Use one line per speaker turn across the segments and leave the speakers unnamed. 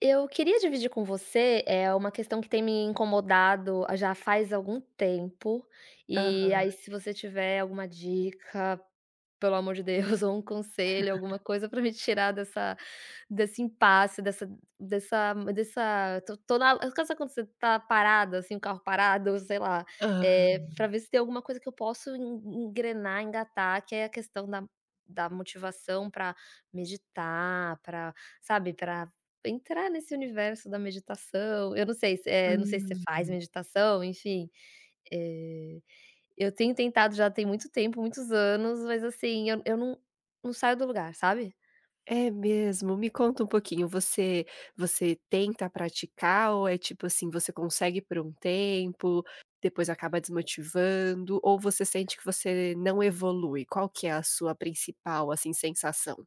Eu queria dividir com você, é uma questão que tem me incomodado a já faz algum tempo, e
Aham.
aí se você tiver alguma dica, pelo amor de Deus, ou um conselho, alguma coisa para me tirar dessa desse impasse, dessa dessa dessa tô tô na sabe, quando você tá parada, assim, o carro parado, sei lá, é
Aham.
para ver se tem alguma coisa que eu posso en engrenar, engatar, que é a questão da motivação para meditar, para sabe, para entrar nesse universo da meditação. Eu não sei se não sei se você
Hum,
faz meditação, enfim. Eh, eu tenho tentado já tem muito tempo, muitos anos, mas assim, eu não não saio do lugar, sabe?
é mesmo? Me conta um pouquinho, você tenta praticar ou é tipo assim, você consegue por um tempo, depois acaba desmotivando, ou você sente que você não evolui? Qual que é a sua principal, assim, sensação?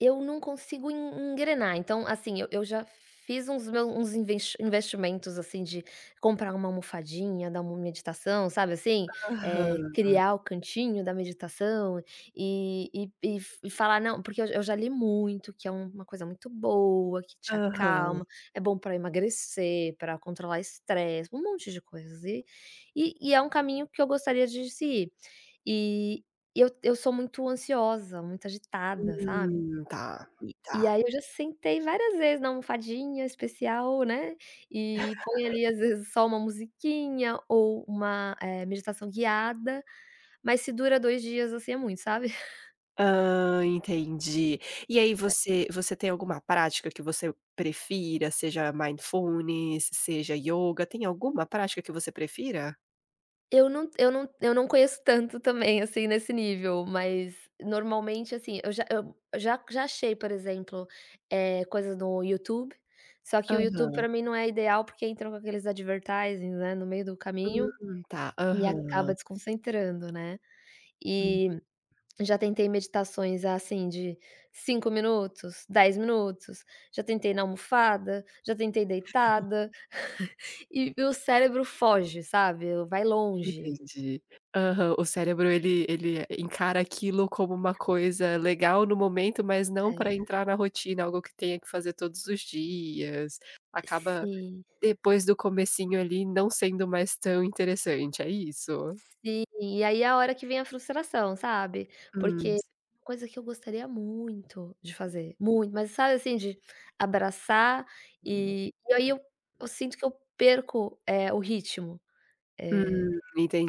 Eu não consigo en engrenar, então, assim, eu já fiz uns meus uns investimentos, assim, de comprar uma almofadinha da mo meditação, sabe, assim? Eh,
Aham,
criar o cantinho da meditação e e e falar: "Não", porque eu já li muito que é uma coisa muito boa, que te
aham.
acalma, é bom para emagrecer, para controlar estresse, um monte de coisas e é um caminho que eu gostaria de seguir. E e eu sou muito ansiosa, muito agitada, sabe?
Tá,
E
tá.
e aí eu já sentei várias vezes na almofadinha especial, né, e põe ali às vezes só uma musiquinha ou uma, meditação guiada, mas se dura 2 dias, assim, é muito, sabe.
Hã, entendi. E aí
É.
você tem alguma prática que você prefira, seja mindfulness, seja yoga, tem alguma prática que você prefira?
Eu não conheço tanto também, assim, nesse nível, mas normalmente, assim, eu já achei, por exemplo, coisas no YouTube, só que o YouTube pra
Aham.
mim não é ideal, porque entram com aqueles advertising, né, no meio do caminho,
Tá.
e acaba
Aham.
desconcentrando, né.
Hum,
E já tentei meditações, assim, de 5 minutos, 10 minutos, já tentei na almofada, já tentei deitada, e o cérebro foge, sabe, vai longe.
entendi. Aham, o cérebro ele encara aquilo como uma coisa legal no momento, mas não para
É.
entrar na rotina, algo que tenha que fazer todos os dias, acaba
Sim,
depois do comecinho ali não sendo mais tão interessante, é isso?
sim. E aí é a hora que vem a frustração, sabe, porque é
Hum.
uma coisa que eu gostaria muito de fazer, muito, mas sabe, assim, de abraçar, e aí eu sinto que eu perco, o ritmo. É.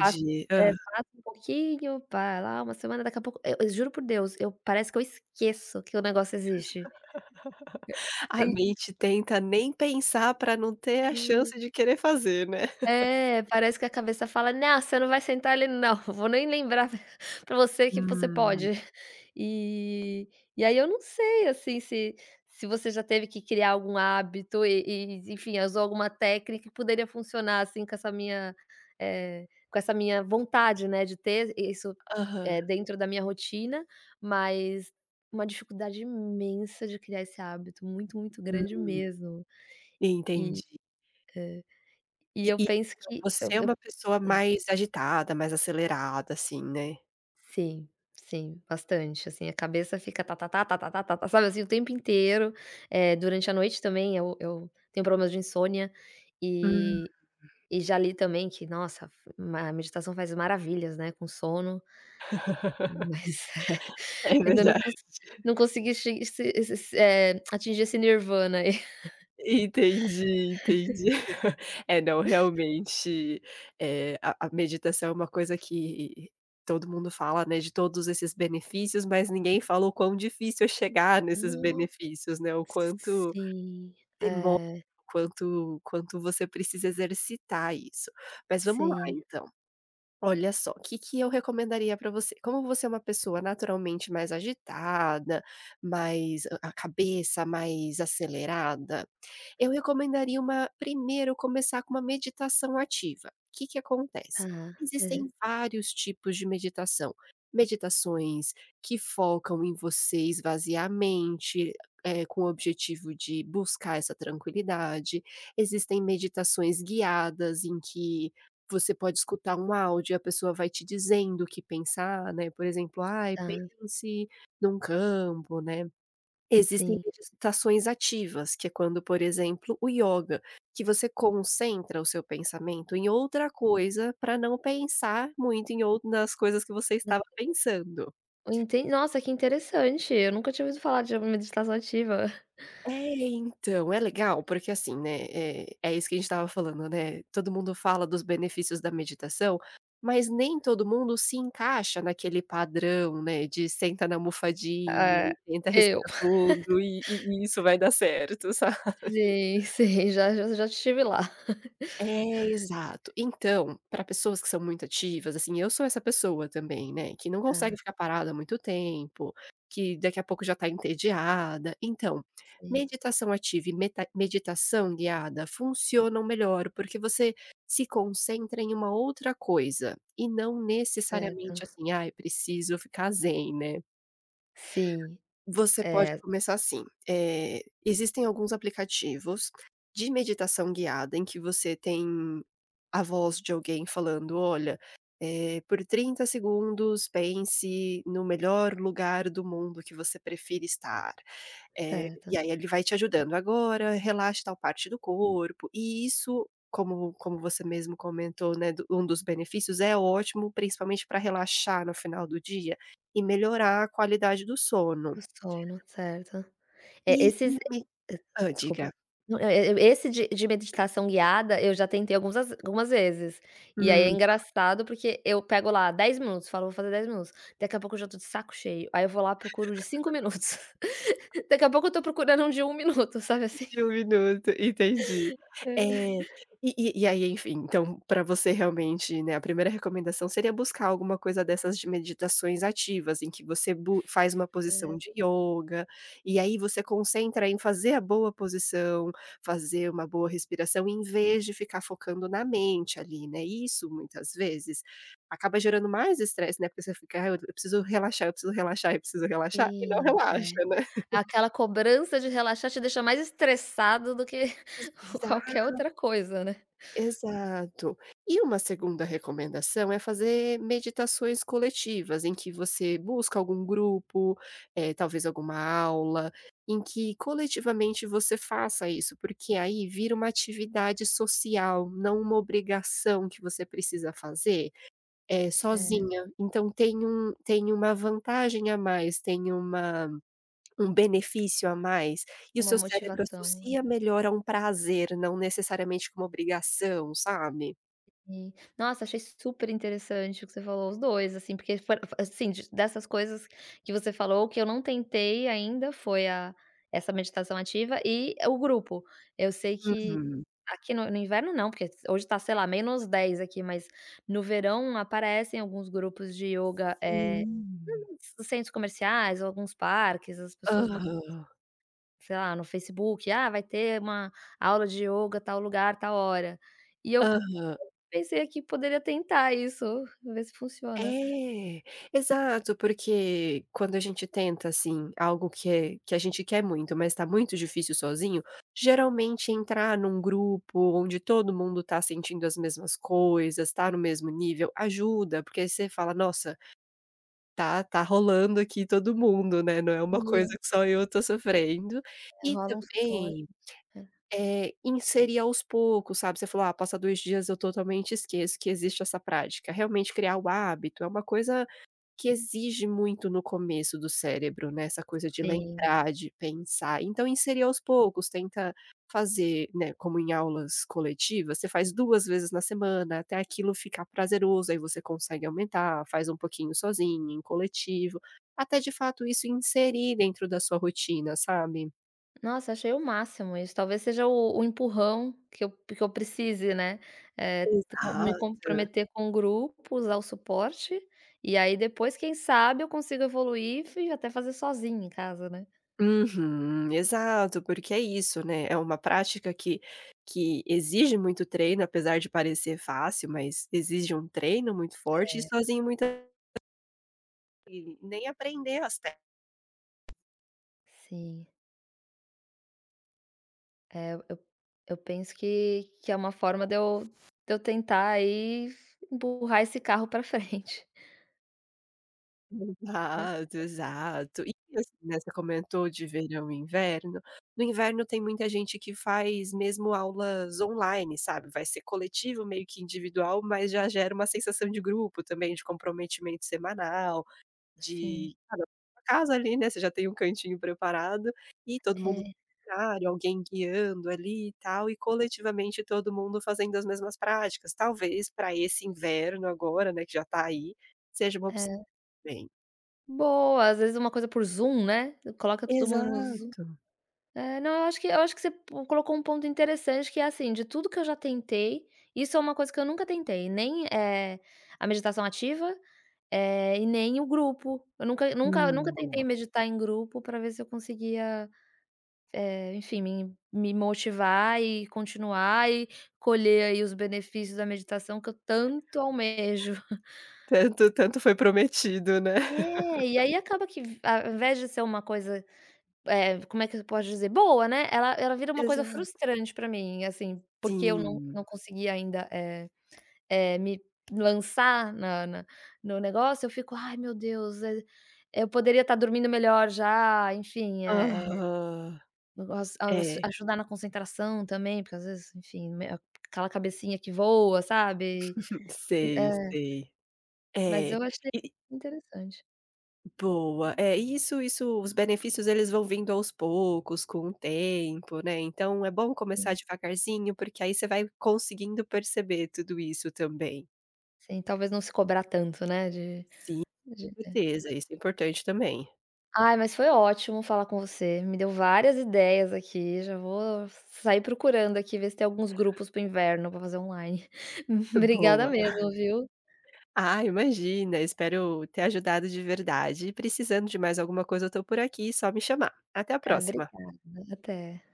Faço é,
Aham.
faço um pouquinho, pá, lá uma semana, daqui a pouco eu juro por Deus, eu parece que eu esqueço que o negócio existe.
A mente tenta nem pensar pra não ter a
E
chance de querer fazer, né.
é, é, parece que a cabeça fala: "Não, você não vai sentar ali não, vou nem lembrar pra você que você
Hum.
pode". E e aí eu não sei, assim, se você já teve que criar algum hábito e enfim, usou alguma técnica que poderia funcionar, assim, com essa minha, com essa minha vontade, né, de ter isso,
Aham.
dentro da minha rotina, mas uma dificuldade imensa de criar esse hábito, muito, muito grande
Hum,
mesmo. E
entendi.
e
E
eu
e
penso
então
que eu
você é
eu
uma pessoa mais agitada, mais acelerada, assim, né?
Sim, sim, bastante, assim, a cabeça fica tá tá tá tá tá tá tá tá, sabe, assim, o tempo inteiro, durante a noite também eu tenho problemas de insônia,
Hum.
e e já li também que, nossa, ma a meditação faz maravilhas, né, com sono, mas
É
ainda
verdade.
não consegui che se esse se eh, atingir esse nirvana aí.
Entendi, entendi. É, não, realmente, a meditação é uma coisa que todo mundo fala, né, de todos esses benefícios, mas ninguém fala o quão difícil é chegar nesses
No,
benefícios, né, o quanto
sim,
demora,
é,
o quanto você precisa exercitar isso. Mas vamos lá,
sim,
então. Olha só, o que que eu recomendaria para você? Como você é uma pessoa naturalmente mais agitada, mais a cabeça mais acelerada, eu recomendaria uma primeiro começar com uma meditação ativa. O Que que
tá,
acontece?
aham,
Existem vários tipos de meditação. Meditações que focam em você esvaziar a mente, com o objetivo de buscar essa tranquilidade. Existem meditações guiadas em que você pode escutar um áudio e a pessoa vai te dizendo o que pensar, né, por exemplo: "Ai,
tá,
pense num campo", né. Existem
sim.
meditações ativas, que é quando, por exemplo, o ioga, que você concentra o seu pensamento em outra coisa, para não pensar muito em ou nas coisas que você estava pensando.
Enten Nossa, que interessante, eu nunca tinha ouvido falar de meditação ativa.
É, então, é legal, porque assim, né, é isso que a gente estava falando, né, todo mundo fala dos benefícios da meditação, mas nem todo mundo se encaixa naquele padrão, né, de senta na almofadinha
É,
e tenta
eu.
respirar fundo e isso vai dar certo, sabe.
Sim, sim, já estive lá.
É, exato. Então, para pessoas que são muito ativas, assim, eu sou essa pessoa também, né, que não consegue
Tá,
ficar parada muito tempo, que daqui a pouco já está entediada. Então,
sim,
meditação ativa e meta meditação guiada funcionam melhor, porque você se concentra em uma outra coisa, e não
certo.
necessariamente assim: "Ai, preciso ficar zen", né.
Sim,
Você pode
é,
começar assim, existem alguns aplicativos de meditação guiada em que você tem a voz de alguém falando: "Olha, eh, por 30 segundos pense no melhor lugar do mundo que você prefira estar". Eh,
certo.
e aí ele vai te ajudando: "Agora relaxe tal parte do corpo". E isso, como como você mesmo comentou, né, do um dos benefícios, é ótimo principalmente para relaxar no final do dia e melhorar a qualidade do
Do
sono.
sono, certo.
E
É,
e
esses
realmente
eh, desculpa.
Diga.
Não, e esse de meditação guiada, eu já tentei alguns as algumas vezes. E aí é
Hum.
engraçado, porque eu pego lá 10 minutos, falo: "Vou fazer 10 minutos". Daqui a pouco eu já tô de saco cheio, aí eu vou lá procuro o de 5 minutos. Daqui a pouco eu tô procurando um de 1 minuto, sabe assim?
De 1 minuto, entendi.
É.
Eh, e aí, enfim, então pra você realmente, né, a primeira recomendação seria buscar alguma coisa dessas de meditações ativas, em que você bu faz uma posição
É,
de ioga, e aí você concentra em fazer a boa posição, fazer uma boa respiração, em vez de ficar focando na mente ali, né. Isso, muitas vezes, acaba gerando mais estresse, né, porque você fica: "Ai, eu preciso relaxar, eu preciso relaxar, eu preciso relaxar", e não
sim, é.
relaxa, né.
Aquela cobrança de relaxar te deixa mais estressado do que
Exa
qualquer outra coisa, né.
exato. E uma segunda recomendação é fazer meditações coletivas, em que você busca algum grupo, talvez alguma aula, em que coletivamente você faça isso, porque aí vira uma atividade social, não uma obrigação que você precisa fazer,
É,
sozinha. Então tem uma vantagem a mais, tem uma um benefício a mais, e o
uma
seu cérebro
motivação.
associa melhor a um prazer, não necessariamente com uma obrigação, sabe?
Sim. Nossa, achei super interessante o que você falou, os 2 assim, porque for assim, de dessas coisas que você falou, o que eu não tentei ainda foi a essa meditação ativa e o grupo. Eu sei que
Uhum.
aqui no inverno não, porque hoje tá, sei lá, -10 aqui, mas no verão aparecem alguns grupos de yoga
Sim.
nos centros comerciais ou alguns parques, as pessoas man
Aham,
sei lá, no Facebook: "Ah, vai ter uma aula de ioga tal lugar, tal hora". E eu.
aham.
Pensei aqui, poderia tentar isso, ver se funciona.
É, exato, porque quando a gente tenta, assim, algo que a gente quer muito, mas tá muito difícil sozinho, geralmente entrar num grupo onde todo mundo tá sentindo as mesmas coisas, tá no mesmo nível, ajuda, porque aí você fala: "Nossa, tá rolando aqui todo mundo, né, não é uma coisa
Sim,
que só eu tô sofrendo. E
rola um suporte,
também,
né.
inserir aos poucos, sabe, você falou: "Ah, passa 2 dias eu totalmente esqueço que existe essa prática". Realmente criar o hábito é uma coisa que exige muito no começo do cérebro, né, essa coisa de
Sim.
lembrar, de pensar, então inserir aos poucos, tenta fazer, né, como em aulas coletivas, você faz 2 vezes na semana, até aquilo ficar prazeroso, aí você consegue aumentar, faz um pouquinho sozinho, em coletivo, até de fato isso inserir dentro da sua rotina, sabe?
Nossa, achei o máximo isso, talvez seja o empurrão que eu precise, né, eh, co me
Exato.
comprometer com grupos, usar o suporte, e aí depois quem sabe eu consigo evoluir e até fazer sozinha em casa, né.
Uhum, exato, porque é isso, né, é uma prática que exige muito treino, apesar de parecer fácil, mas exige um treino muito forte e sozinho muita e nem aprender as técnicas.
Sim, é, eu penso que é uma forma de eu tentar aí empurrar esse carro para frente.
Exato, exato. E assim, né, você comentou de verão e inverno. No inverno tem muita gente que faz mesmo aulas online, sabe, vai ser coletivo, meio que individual, mas já gera uma sensação de grupo também, de comprometimento semanal.
Sim,
De cada casa ali, né, você já tem um cantinho preparado, e todo mundo
é,
no horário, alguém guiando ali e tal, e coletivamente todo mundo fazendo as mesmas práticas, talvez para esse inverno agora, né, que já tá aí, seja uma opção
é.
também.
Boa, às vezes uma coisa por Zoom, né, coloca todo mundo no Zoom.
Exato.
É, não, eu acho que você colocou um ponto interessante que é assim, de tudo que eu já tentei, isso é uma coisa que eu nunca tentei, nem, a meditação ativa, e nem o grupo. Eu nunca tentei
Boa.
meditar em grupo para ver se eu conseguia, enfim, me motivar e continuar e colher aí os benefícios da meditação que eu tanto almejo.
Tanto foi prometido, né.
É, e aí acaba que, ao invés de ser uma coisa. Como é que eu posso dizer? Boa, né, ela vira uma coisa
Exato.
frustrante pra mim, assim, porque eu
Sim.
não consegui ainda, me lançar na na no negócio. Eu fico: "Ai, meu Deus, eu poderia estar dormindo melhor já", enfim,
Aham.
eu gosto
É.
ajudar na concentração também, porque às vezes, enfim, me. Aquela cabecinha que voa, sabe? E
Sei,
é,
sei.
mas
É.
eu achei
E
interessante.
Boa. É, isso os benefícios eles vão vindo aos poucos, com o tempo, né, então é bom começar
Sim,
devagarzinho, porque aí você vai conseguindo perceber tudo isso também.
sim, talvez não se cobrar tanto, né, de
Sim, com
de.
certeza, isso é importante também.
Ai, mas foi ótimo falar com você. Me deu várias ideias aqui. Já vou sair procurando aqui, ver se tem alguns grupos para o inverno para fazer online. Obrigada
Boa.
mesmo, viu?
Ah, imagina, espero ter ajudado de verdade e precisando de mais alguma coisa eu estou por aqui, só me chamar. Até a
Ah,
próxima.
obrigada. Até.